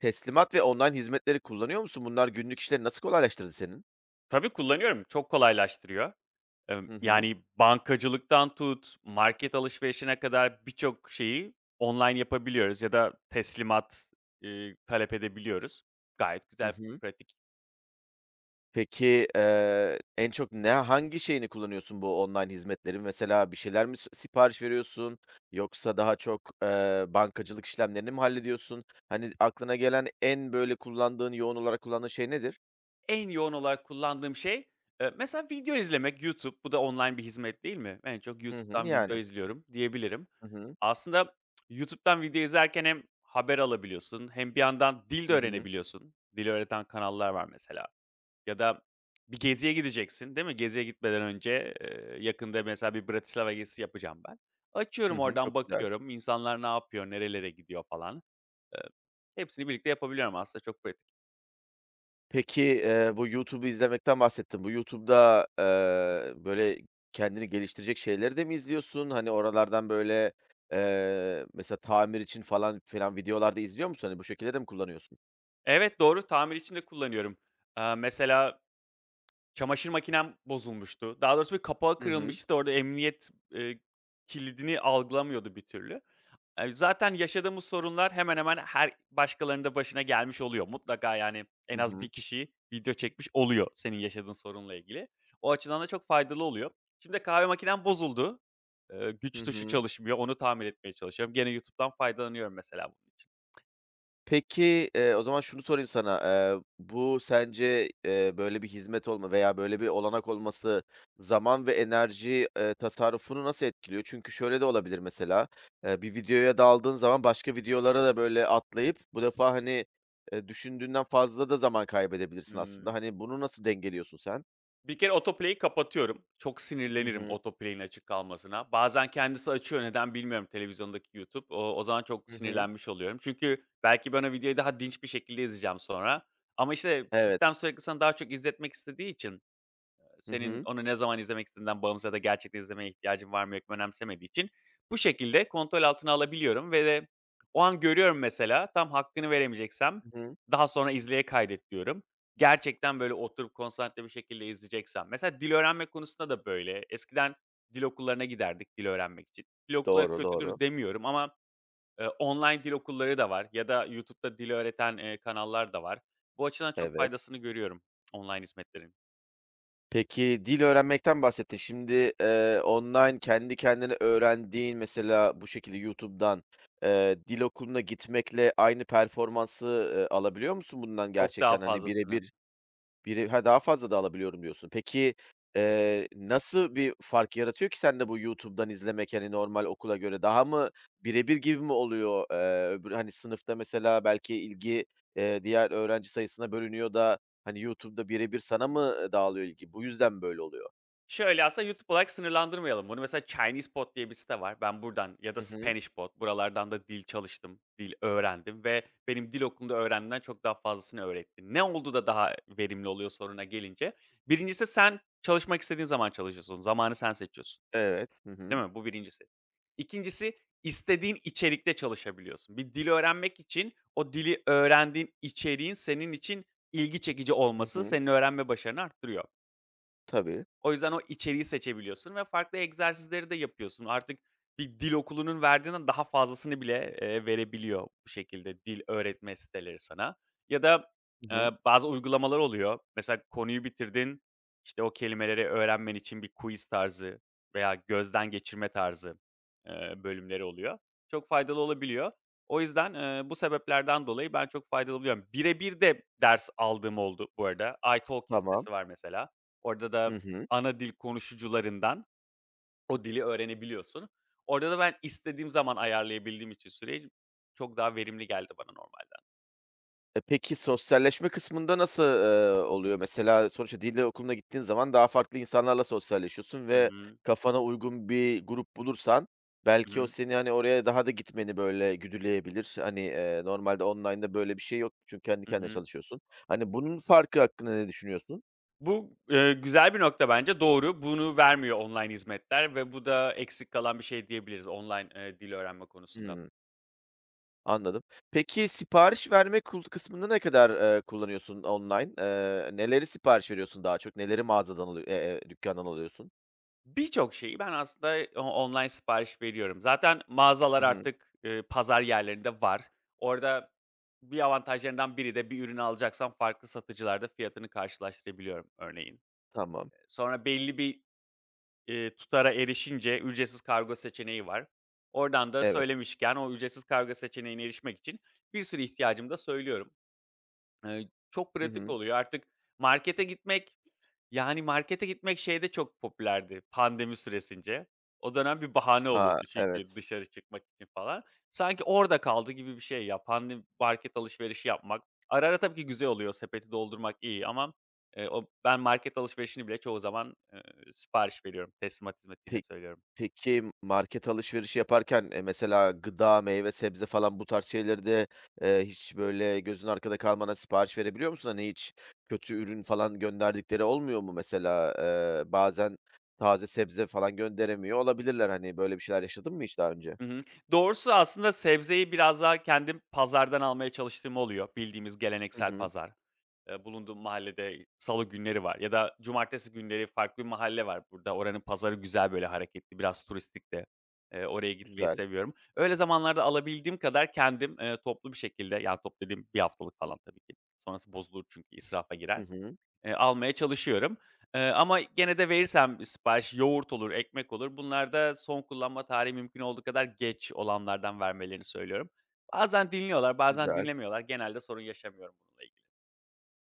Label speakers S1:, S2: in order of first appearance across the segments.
S1: Teslimat ve online hizmetleri kullanıyor musun? Bunlar günlük işleri nasıl kolaylaştırdı senin?
S2: Tabii kullanıyorum. Çok kolaylaştırıyor.
S1: Hı hı.
S2: Yani bankacılıktan tut, market alışverişine kadar birçok şeyi online yapabiliyoruz ya da teslimat, talep edebiliyoruz. Gayet
S1: Hı
S2: güzel,
S1: hı.
S2: pratik.
S1: Peki, en çok ne hangi şeyini kullanıyorsun bu online hizmetlerin? Mesela bir şeyler mi sipariş veriyorsun yoksa daha çok, bankacılık işlemlerini mi hallediyorsun? Hani, aklına gelen en böyle kullandığın, yoğun olarak kullandığın şey nedir?
S2: En yoğun olarak kullandığım şey, mesela video izlemek YouTube. Bu da online bir hizmet değil mi? En çok
S1: Hı hı.
S2: YouTube'dan video
S1: Yani.
S2: izliyorum diyebilirim.
S1: Hı hı.
S2: Aslında YouTube'dan video izlerken hem haber alabiliyorsun hem bir yandan dil de
S1: Hı hı.
S2: öğrenebiliyorsun. Dil öğreten kanallar var mesela. Ya da bir geziye gideceksin, değil mi? Geziye gitmeden önce, yakında mesela bir Bratislava gezisi yapacağım ben.
S1: Hı
S2: Açıyorum
S1: hı.
S2: oradan
S1: Çok güzel.
S2: bakıyorum, insanlar ne yapıyor, nerelere gidiyor falan. Eee, hepsini birlikte yapabiliyorum aslında çok pratik.
S1: Peki, bu YouTube'u izlemekten bahsettin. Bu YouTube'da, böyle, kendini geliştirecek şeyleri de mi izliyorsun? Hani, oralardan, böyle, mesela tamir için falan filan videolar da izliyor musun? Hani, bu şekilde de mi kullanıyorsun?
S2: Evet, doğru, tamir için de kullanıyorum. Mesela çamaşır makinem bozulmuştu. Daha doğrusu bir kapağı
S1: Hı hı.
S2: kırılmıştı da orada emniyet, kilidini algılamıyordu bir türlü. Zaten yaşadığımız sorunlar hemen hemen her başkalarının da başına gelmiş oluyor. Mutlaka yani en
S1: Hı
S2: az bir
S1: hı.
S2: kişi video çekmiş oluyor senin yaşadığın sorunla ilgili. O açıdan da çok faydalı oluyor. Şimdi de kahve makinem bozuldu. Güç
S1: Hı
S2: tuşu
S1: hı.
S2: çalışmıyor, onu tamir etmeye çalışıyorum. Gene YouTube'dan faydalanıyorum mesela bunun için.
S1: Peki, o zaman şunu sorayım sana, bu sence, böyle bir hizmet olma veya böyle bir olanak olması zaman ve enerji, tasarrufunu nasıl etkiliyor? Çünkü şöyle de olabilir mesela, bir videoya daldığın zaman başka videolara da böyle atlayıp bu defa, hani, düşündüğünden fazla da zaman kaybedebilirsin aslında.
S2: Imm
S1: Hani, bunu nasıl dengeliyorsun sen?
S2: Bir kere autoplay'i kapatıyorum. Çok
S1: Hı
S2: sinirlenirim
S1: hı.
S2: autoplay'in açık kalmasına. Bazen kendisi açıyor, neden bilmiyorum televizyondaki YouTube. O zaman çok
S1: Hı hı.
S2: sinirlenmiş oluyorum. Çünkü belki ben o videoyu daha dinç bir şekilde izleyeceğim sonra. Ama işte
S1: Evet.
S2: sistem sürekli sana daha çok izletmek istediği için
S1: Hı
S2: senin
S1: hı.
S2: onu ne zaman izlemek istediğinden bağımsız ya da gerçekten izlemeye ihtiyacın var mı yok mu önemsemediği için bu şekilde kontrol altına alabiliyorum ve de o an görüyorum mesela, tam hakkını veremeyeceksem
S1: Hı hı.
S2: daha sonra izleye kaydet diyorum. Gerçekten böyle oturup konsantre bir şekilde izleyeceksem. Mesela dil öğrenme konusunda da böyle. Eskiden dil okullarına giderdik dil öğrenmek için. Dil okulları
S1: Doğru, doğru.
S2: kötüdür demiyorum ama, online dil okulları da var ya da YouTube'da dil öğreten, kanallar da var. Bu açıdan çok
S1: Evet.
S2: faydasını görüyorum online hizmetlerin.
S1: Peki, dil öğrenmekten bahsettin. Şimdi, online kendi kendine öğrendiğin mesela bu şekilde YouTube'dan, dil okuluna gitmekle aynı performansı, alabiliyor musun bundan
S2: Çok
S1: gerçekten?
S2: daha
S1: Hani
S2: fazlasını.
S1: birebir. Daha fazla da alabiliyorum diyorsun. Peki, nasıl bir fark yaratıyor ki sende bu YouTube'dan izlemek, hani, normal okula göre? Daha mı birebir gibi mi oluyor? Öbür, hani, sınıfta mesela belki ilgi, diğer öğrenci sayısına bölünüyor da, hani, YouTube'da birebir sana mı, dağılıyor ilgi? Bu yüzden mi böyle oluyor?
S2: Şöyle aslında YouTube olarak sınırlandırmayalım bunu. Mesela ChinesePod diye bir site var. Ben buradan ya da
S1: Hı hı.
S2: SpanishPod buralardan da dil çalıştım, dil öğrendim ve benim dil okulunda öğrendiğimden çok daha fazlasını öğretti. Ne oldu da daha verimli oluyor soruna gelince. Birincisi sen çalışmak istediğin zaman çalışıyorsun. Zamanı sen seçiyorsun.
S1: Evet. Hı hı.
S2: Değil mi? Bu birincisi. İkincisi istediğin içerikte çalışabiliyorsun. Bir dil öğrenmek için o dili öğrendiğin içeriğin senin için ilgi çekici
S1: Hı
S2: olması
S1: hı.
S2: senin öğrenme başarını arttırıyor.
S1: Tabii.
S2: O yüzden o içeriği seçebiliyorsun ve farklı egzersizleri de yapıyorsun. Artık bir dil okulunun verdiğinden daha fazlasını bile, verebiliyor bu şekilde dil öğretme siteleri sana. Ya da,
S1: Hı hı.
S2: bazı uygulamalar oluyor. Mesela konuyu bitirdin, işte, o kelimeleri öğrenmen için bir quiz tarzı veya gözden geçirme tarzı, bölümleri oluyor. Çok faydalı olabiliyor. O yüzden, bu sebeplerden dolayı ben çok faydalı buluyorum. Birebir de ders aldığım oldu bu arada. iTalki
S1: Tamam.
S2: sitesi var mesela. Orada
S1: Hı
S2: da
S1: hı.
S2: ana dil konuşucularından o dili öğrenebiliyorsun. Orada da ben istediğim zaman ayarlayabildiğim için süreyi çok daha verimli geldi bana normalden.
S1: E, peki sosyalleşme kısmında nasıl, oluyor? Mesela sonuçta dil okuluna gittiğin zaman daha farklı insanlarla sosyalleşiyorsun
S2: Hı
S1: ve
S2: hı.
S1: kafana uygun bir grup bulursan
S2: Hı
S1: belki o
S2: hı.
S1: seni, hani, oraya daha da gitmeni, böyle, güdüleyebilir. Hani, normalde online'da böyle bir şey yok çünkü kendi
S2: Hı
S1: kendine
S2: hı.
S1: çalışıyorsun. Hani, bunun farkı hakkında ne düşünüyorsun?
S2: Bu, güzel bir nokta bence. Doğru. Bunu vermiyor online hizmetler ve bu da eksik kalan bir şey diyebiliriz online, dil öğrenme konusunda.
S1: Hımm, anladım. Peki sipariş verme kısmında ne kadar, kullanıyorsun online? Neleri sipariş veriyorsun daha çok? Neleri mağazadan alıyor dükkândan alıyorsun?
S2: Birçok şeyi ben aslında o online sipariş veriyorum. Zaten mağazalar
S1: Hı hı.
S2: artık, pazar yerlerinde var. Orada bir avantajlarından biri de bir ürünü alacaksam farklı satıcılarda fiyatını karşılaştırabiliyorum örneğin.
S1: Tamam.
S2: Sonra belli bir, tutara erişince ücretsiz kargo seçeneği var. Oradan da
S1: Evet.
S2: söylemişken o ücretsiz kargo seçeneğine erişmek için bir sürü ihtiyacımı da söylüyorum. Çok
S1: Hı
S2: pratik
S1: hı.
S2: oluyor. Artık markete gitmek yani, markete gitmek şeyde çok popülerdi pandemi süresince. O dönem bir bahane
S1: A,
S2: oluyordu çünkü
S1: evet.
S2: dışarı çıkmak için falan. Sanki orada kaldı gibi bir şey ya, pandemi market alışverişi yapmak. Ara ara tabii ki güzel oluyor, sepeti doldurmak iyi ama, o ben market alışverişini bile çoğu zaman, sipariş veriyorum. Teslimat hizmetiyle
S1: Pek
S2: söylüyorum.
S1: peki market alışverişi yaparken, mesela gıda, meyve, sebze falan bu tarz şeyleri de, hiç böyle gözün arkada kalmadan sipariş verebiliyor musun? Hani hiç kötü ürün falan gönderdikleri olmuyor mu mesela? Bazen taze sebze falan gönderemiyor olabilirler. Hani böyle bir şeyler yaşadın mı hiç daha önce?
S2: Hı hı. Doğrusu aslında sebzeyi biraz daha kendim pazardan almaya çalıştığım oluyor, bildiğimiz
S1: Hı
S2: geleneksel
S1: hı.
S2: pazar. Bulunduğum mahallede salı günleri var ya da cumartesi günleri farklı bir mahalle var burada. Oranın pazarı güzel, böyle, hareketli, biraz turistik de. Oraya gitmeyi
S1: Güzel.
S2: seviyorum. Öyle zamanlarda alabildiğim kadar kendim, toplu bir şekilde, yani, toplu dediğim 1 haftalık falan tabii ki. Sonrası bozulur çünkü israfa
S1: Hı
S2: girer.
S1: hı.
S2: Almaya çalışıyorum. Ama gene de verirsem sipariş yoğurt olur, ekmek olur. Bunlarda son kullanma tarihi mümkün olduğu kadar geç olanlardan vermelerini söylüyorum. Bazen dinliyorlar, bazen
S1: Güzel.
S2: dinlemiyorlar. Genelde sorun yaşamıyorum bununla ilgili.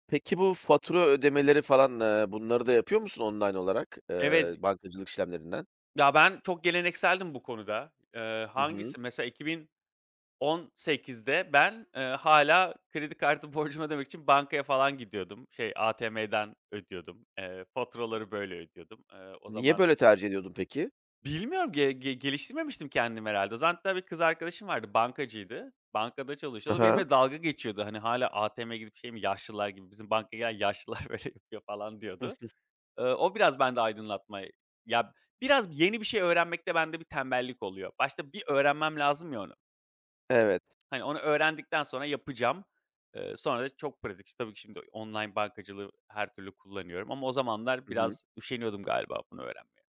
S1: Peki bu fatura ödemeleri falan, bunları da yapıyor musun online olarak,
S2: Evet.
S1: bankacılık işlemlerinden?
S2: Ya, ben çok gelenekseldim bu konuda. Eee,
S1: Hı hı.
S2: hangisi? Mesela 2018'de ben, hâlâ kredi kartı borcumu ödemek için bankaya falan gidiyordum. Şey, ATM'den ödüyordum. Faturaları böyle ödüyordum. Eee, o
S1: Niye
S2: zaman
S1: böyle tercih ediyordun peki?
S2: bilmiyorum ge ge geliştirmemiştim kendimi herhalde. O zaman hatta bir kız arkadaşım vardı, bankacıydı. Bankada
S1: Hı
S2: çalışıyordu.
S1: hı.
S2: Benimle dalga geçiyordu. Hani, "Hâlâ ATM'ye gidip şey mi yaşlılar gibi bizim bankaya gelen yaşlılar böyle yapıyor." falan
S1: Hı
S2: diyordu.
S1: hı.
S2: O biraz bende aydınlatma. Ya, biraz yeni bir şey öğrenmekte bende bir tembellik oluyor. Başta bir öğrenmem lazım ya onu.
S1: Evet.
S2: Hani, onu öğrendikten sonra yapacağım. Sonra da çok pratik. İşte, tabii ki şimdi online bankacılığı her türlü kullanıyorum ama o zamanlar
S1: Hı hı.
S2: biraz üşeniyordum galiba bunu öğrenmeye.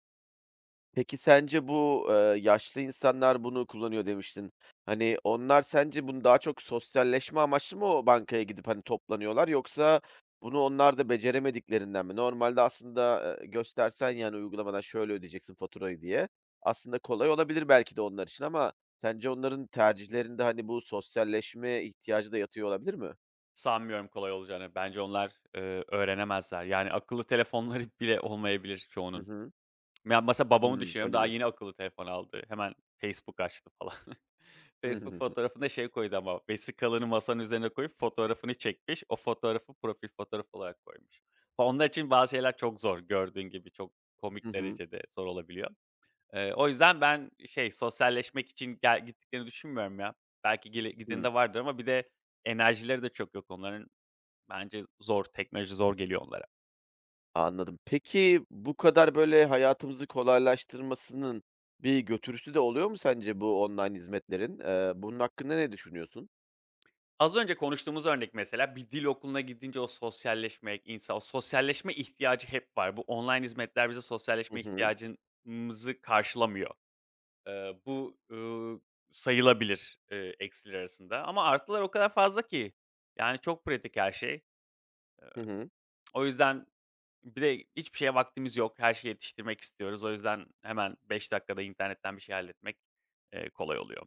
S1: Peki sence bu, yaşlı insanlar bunu kullanıyor demiştin. Hani, onlar sence bunu daha çok sosyalleşme amaçlı mı o bankaya gidip, hani, toplanıyorlar yoksa bunu onlar da beceremediklerinden mi? Normalde aslında, göstersen, yani, uygulamadan şöyle ödeyeceksin faturayı diye aslında kolay olabilir belki de onlar için ama sence onların tercihlerinde, hani, bu sosyalleşme ihtiyacı da yatıyor olabilir mi?
S2: Sanmıyorum kolay olacağını. Bence onlar, öğrenemezler. Yani akıllı telefonları bile olmayabilir
S1: Hı
S2: çoğunun.
S1: hı.
S2: Ya, mesela babamı
S1: Hımm,
S2: düşünüyorum,
S1: öyle
S2: daha yeni
S1: diyorsun.
S2: akıllı telefon aldı. Hemen Facebook açtı falan.
S1: Hı
S2: Facebook
S1: hı.
S2: fotoğrafında şey koydu ama vesikalını masanın üzerine koyup fotoğrafını çekmiş. O fotoğrafı profil fotoğrafı olarak koymuş. Onlar için bazı şeyler çok zor gördüğün gibi. Çok
S1: Hı
S2: komik
S1: hı.
S2: derecede zor olabiliyor. O yüzden ben şey, sosyalleşmek için gel gittiklerini düşünmüyorum ya. Belki gele giden
S1: Hı.
S2: de vardır ama bir de enerjileri de çok yok onların. Bence zor, teknoloji zor geliyor onlara.
S1: Anladım. Peki, bu kadar, böyle, hayatımızı kolaylaştırmasının bir götürüsü de oluyor mu sence bu online hizmetlerin? Bunun hakkında ne düşünüyorsun?
S2: Az önce konuştuğumuz örnek mesela bir dil okuluna gidince o sosyalleşmek, insan o sosyalleşme ihtiyacı hep var. Bu online hizmetler bize
S1: Hı
S2: sosyalleşme
S1: hı.
S2: ihtiyacımızı karşılamıyor. Bu, sayılabilir, eksiler arasında ama artılar o kadar fazla ki. Yani çok pratik her şey. Eee,
S1: Hı hı.
S2: o yüzden bir de hiçbir şeye vaktimiz yok. Her şeyi yetiştirmek istiyoruz. O yüzden hemen 5 dakikada internetten bir şey halletmek, kolay oluyor.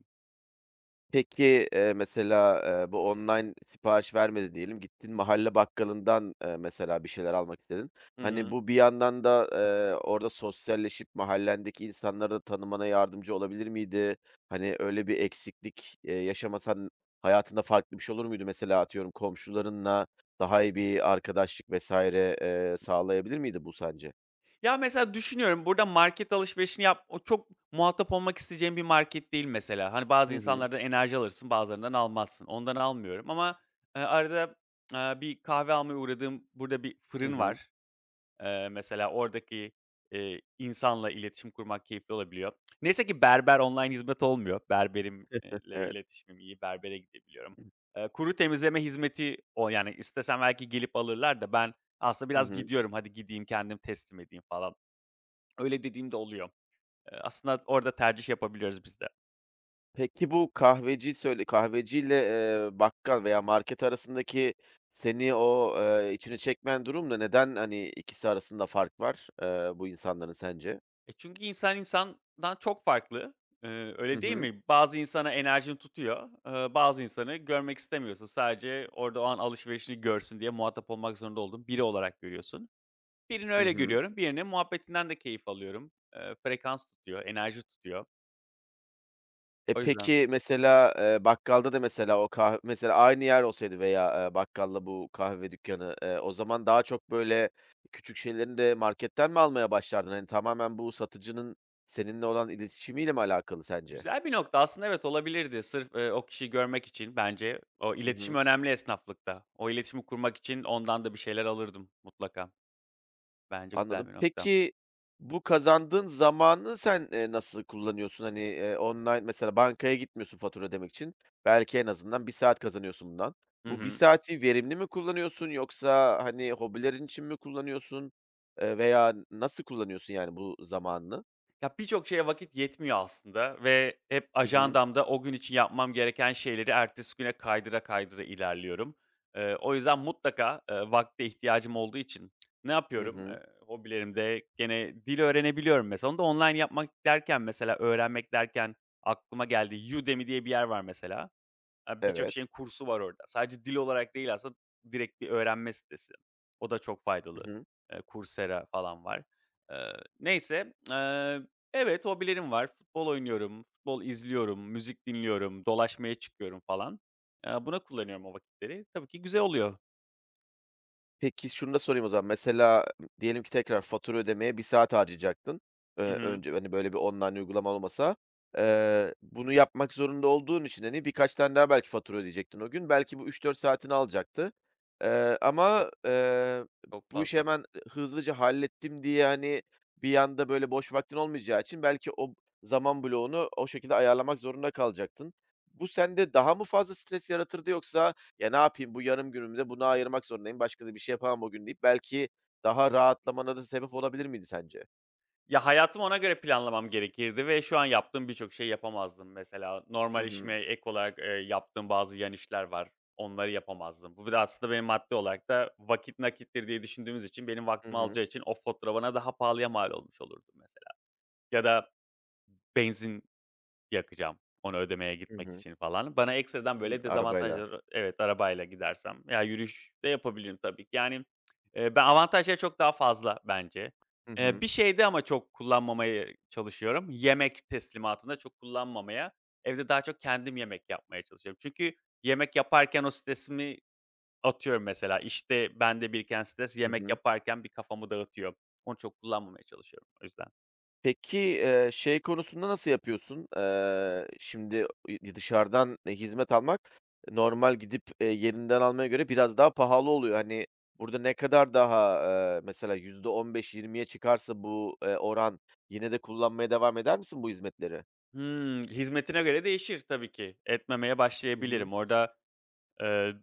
S1: Peki, mesela, bu online sipariş vermedi diyelim, gittin mahalle bakkalından, mesela bir şeyler almak istedin.
S2: Hı
S1: Hani,
S2: hı.
S1: bu bir yandan da, orada sosyalleşip mahallendeki insanları da tanımana yardımcı olabilir miydi? Hani, öyle bir eksiklik, yaşamasan hayatında farklı bir şey olur muydu? Mesela atıyorum komşularınla daha iyi bir arkadaşlık vesaire sağlayabilir miydi bu sence?
S2: Ya, mesela düşünüyorum, burada market alışverişini yap o çok muhatap olmak isteyeceğim bir market değil mesela. Hani, bazı
S1: Hı hı.
S2: insanlardan enerji alırsın, bazılarından almazsın. Ondan almıyorum ama, arada, bir kahve almaya uğradığım burada bir
S1: Hı
S2: fırın
S1: hı.
S2: var. Mesela oradaki, insanla iletişim kurmak keyifli olabiliyor. Neyse ki berber online hizmet olmuyor. Berberimle
S1: Evet.
S2: iletişimim iyi, berbere gidebiliyorum. Kuru temizleme hizmeti o, yani, istesem belki gelip alırlar da ben aslında
S1: Hı
S2: biraz
S1: hı.
S2: gidiyorum, "Hadi gideyim, kendim teslim edeyim." falan. Öyle dediğim de oluyor. Aslında orada tercih yapabiliyoruz biz de.
S1: Peki bu kahveci kahveciyle, bakkal veya market arasındaki seni o, içine çekmeyen durum. Neden, hani, ikisi arasında fark var, bu insanların sence?
S2: E, çünkü insan insandan çok farklı. Eee,
S1: Hı
S2: öyle değil
S1: hı.
S2: mi? Bazı insana enerjin tutuyor, bazı insanı görmek istemiyorsun. Sadece orada o an alışverişini görsün diye muhatap olmak zorunda olduğun biri olarak görüyorsun. Birini
S1: Hı
S2: öyle
S1: hı.
S2: görüyorum, birinin muhabbetinden de keyif alıyorum. Frekans tutuyor, enerji tutuyor.
S1: E,
S2: O yüzden
S1: peki mesela, bakkalda da mesela o mesela aynı yer olsaydı veya, bakkalla bu kahve dükkanı o zaman daha çok böyle küçük şeylerini de marketten mi almaya başlardın? Hani, tamamen bu satıcının seninle olan iletişimiyle mi alakalı sence?
S2: güzel bir nokta aslında evet olabilirdi. Sırf, o kişiyi görmek için bence o
S1: Hı
S2: iletişim
S1: hı.
S2: önemli esnaflıkta. O iletişimi kurmak için ondan da bir şeyler alırdım mutlaka. Bence güzel
S1: Anladım.
S2: bir nokta.
S1: Peki, bu kazandığın zamanı sen, nasıl kullanıyorsun? Hani, online mesela bankaya gitmiyorsun fatura ödemek için. Belki en azından bir saat kazanıyorsun bundan.
S2: Hı
S1: Bu bir
S2: hı.
S1: saati verimli mi kullanıyorsun yoksa, hani, hobilerin için mi kullanıyorsun, veya nasıl kullanıyorsun yani bu zamanını?
S2: Ya, birçok şeye vakit yetmiyor aslında ve hep
S1: Hı hı.
S2: ajandamda o gün için yapmam gereken şeyleri ertesi güne kaydıra kaydıra ilerliyorum. O yüzden mutlaka, vakte ihtiyacım olduğu için ne
S1: Hı
S2: yapıyorum?
S1: hı.
S2: Hobilerimde gene dil öğrenebiliyorum mesela. Onu da online yapmak derken mesela, öğrenmek derken aklıma geldi. Udemy diye bir yer var mesela. Aaa, birçok
S1: Evet.
S2: şeyin kursu var orada. Sadece dil olarak değil aslında direkt bir öğrenme sitesi. O da çok
S1: Hı
S2: faydalı.
S1: hı.
S2: Coursera falan var. Eee, neyse, evet, hobilerim var. Futbol oynuyorum, futbol izliyorum, müzik dinliyorum, dolaşmaya çıkıyorum falan. Buna kullanıyorum o vakitleri. Tabii ki güzel oluyor.
S1: Peki, şunu da sorayım o zaman. Mesela diyelim ki tekrar fatura ödemeye bir saat harcayacaktın.
S2: Hı hı.
S1: Önce, hani, böyle bir online uygulama olmasa. Bunu yapmak zorunda olduğun için, hani, birkaç tane daha belki fatura ödeyecektin o gün. Belki bu 3-4 saatini alacaktı. Eee, ama, eee,
S2: Çok
S1: bu işi
S2: fazla.
S1: hemen hızlıca hallettim diye, hani, bir anda böyle boş vaktin olmayacağı için belki o zaman bloğunu o şekilde ayarlamak zorunda kalacaktın. Bu sende daha mı fazla stres yaratırdı yoksa ya, ne yapayım, bu yarım günümü de buna ayırmak zorundayım, başka da bir şey yapamam o gün deyip belki daha rahatlamana da sebep olabilir miydi sence?
S2: Ya, hayatımı ona göre planlamam gerekirdi ve şu an yaptığım birçok şey yapamazdım. Mesela
S1: Hı
S2: normal
S1: hı.
S2: işime ek olarak, yaptığım bazı yan işler var. Onları yapamazdım. Bu bir de aslında benim maddi olarak da vakit nakittir diye düşündüğümüz için benim
S1: Hı
S2: vaktimi
S1: hı.
S2: alacağı için o fatura bana daha pahalıya mal olmuş olurdu mesela. Ya da benzin yakacağım onu ödemeye
S1: Hı
S2: gitmek
S1: hı.
S2: için falan. Bana ekstradan
S1: Hıı,
S2: böyle
S1: arabayla.
S2: dezavantajları. Evet, arabayla gidersem ya yürüyüş de yapabilirim tabii ki. Yani, ben avantajları çok daha fazla bence.
S1: Hı
S2: Eee,
S1: hı.
S2: bir şeyde ama çok kullanmamaya çalışıyorum. Yemek teslimatında çok kullanmamaya, evde daha çok kendim yemek yapmaya çalışıyorum. Çünkü yemek yaparken o stresimi atıyorum mesela. İşte bende biriken stres
S1: Hı
S2: yemek
S1: hı.
S2: yaparken bir kafamı dağıtıyor. Onu çok kullanmamaya çalışıyorum o yüzden.
S1: Peki, şey konusunda nasıl yapıyorsun? Şimdi dışarıdan hizmet almak normal gidip, yerinden almaya göre biraz daha pahalı oluyor. Hani, burada ne kadar daha, mesela %15-20'ye çıkarsa bu, oran yine de kullanmaya devam eder misin bu hizmetleri?
S2: Hımm, hizmetine göre değişir tabii ki. Etmemeye
S1: Hı hı.
S2: başlayabilirim. Orada, eee,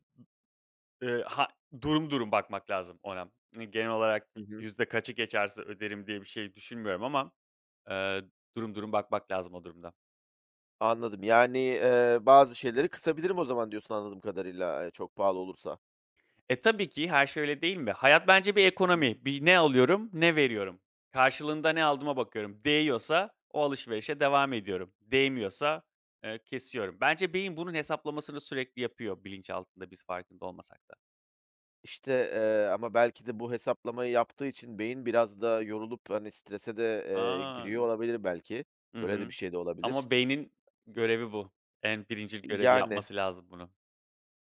S2: ha durum durum bakmak lazım ona. Genel olarak y
S1: Hı hı.
S2: yüzde kaçı geçerse öderim diye bir şey düşünmüyorum ama, eee, durum durum bakmak lazım o durumda.
S1: Anladım. Yani, bazı şeyleri kısabilirim o zaman diyorsun anladığım kadarıyla, çok pahalı olursa.
S2: E, tabii ki her şey öyle değil mi? Hayat bence bir
S1: Hı hı.
S2: ekonomi. Bir ne alıyorum, ne veriyorum. Karşılığında ne aldığıma bakıyorum. Değiyorsa o alışverişe devam ediyorum. Değmiyorsa, kesiyorum. Bence beyin bunun hesaplamasını sürekli yapıyor bilinçaltında biz farkında olmasak da.
S1: İşte, ama belki de bu hesaplamayı yaptığı için beyin biraz da yorulup, hani, strese de,
S2: A!
S1: giriyor olabilir belki.
S2: Hı
S1: Böyle de bir
S2: hı.
S1: şey de olabilir.
S2: Ama beynin görevi bu. En birincil görevi
S1: Yani,
S2: yapması lazım bunu.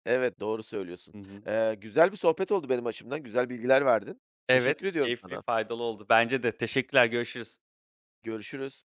S1: evet, doğru söylüyorsun.
S2: Hı hı.
S1: Güzel bir sohbet oldu benim açımdan. Güzel bilgiler verdin.
S2: Evet,
S1: Teşekkür ediyorum
S2: keyifli,
S1: sana.
S2: faydalı oldu. Bence de. Teşekkürler, görüşürüz.
S1: Görüşürüz.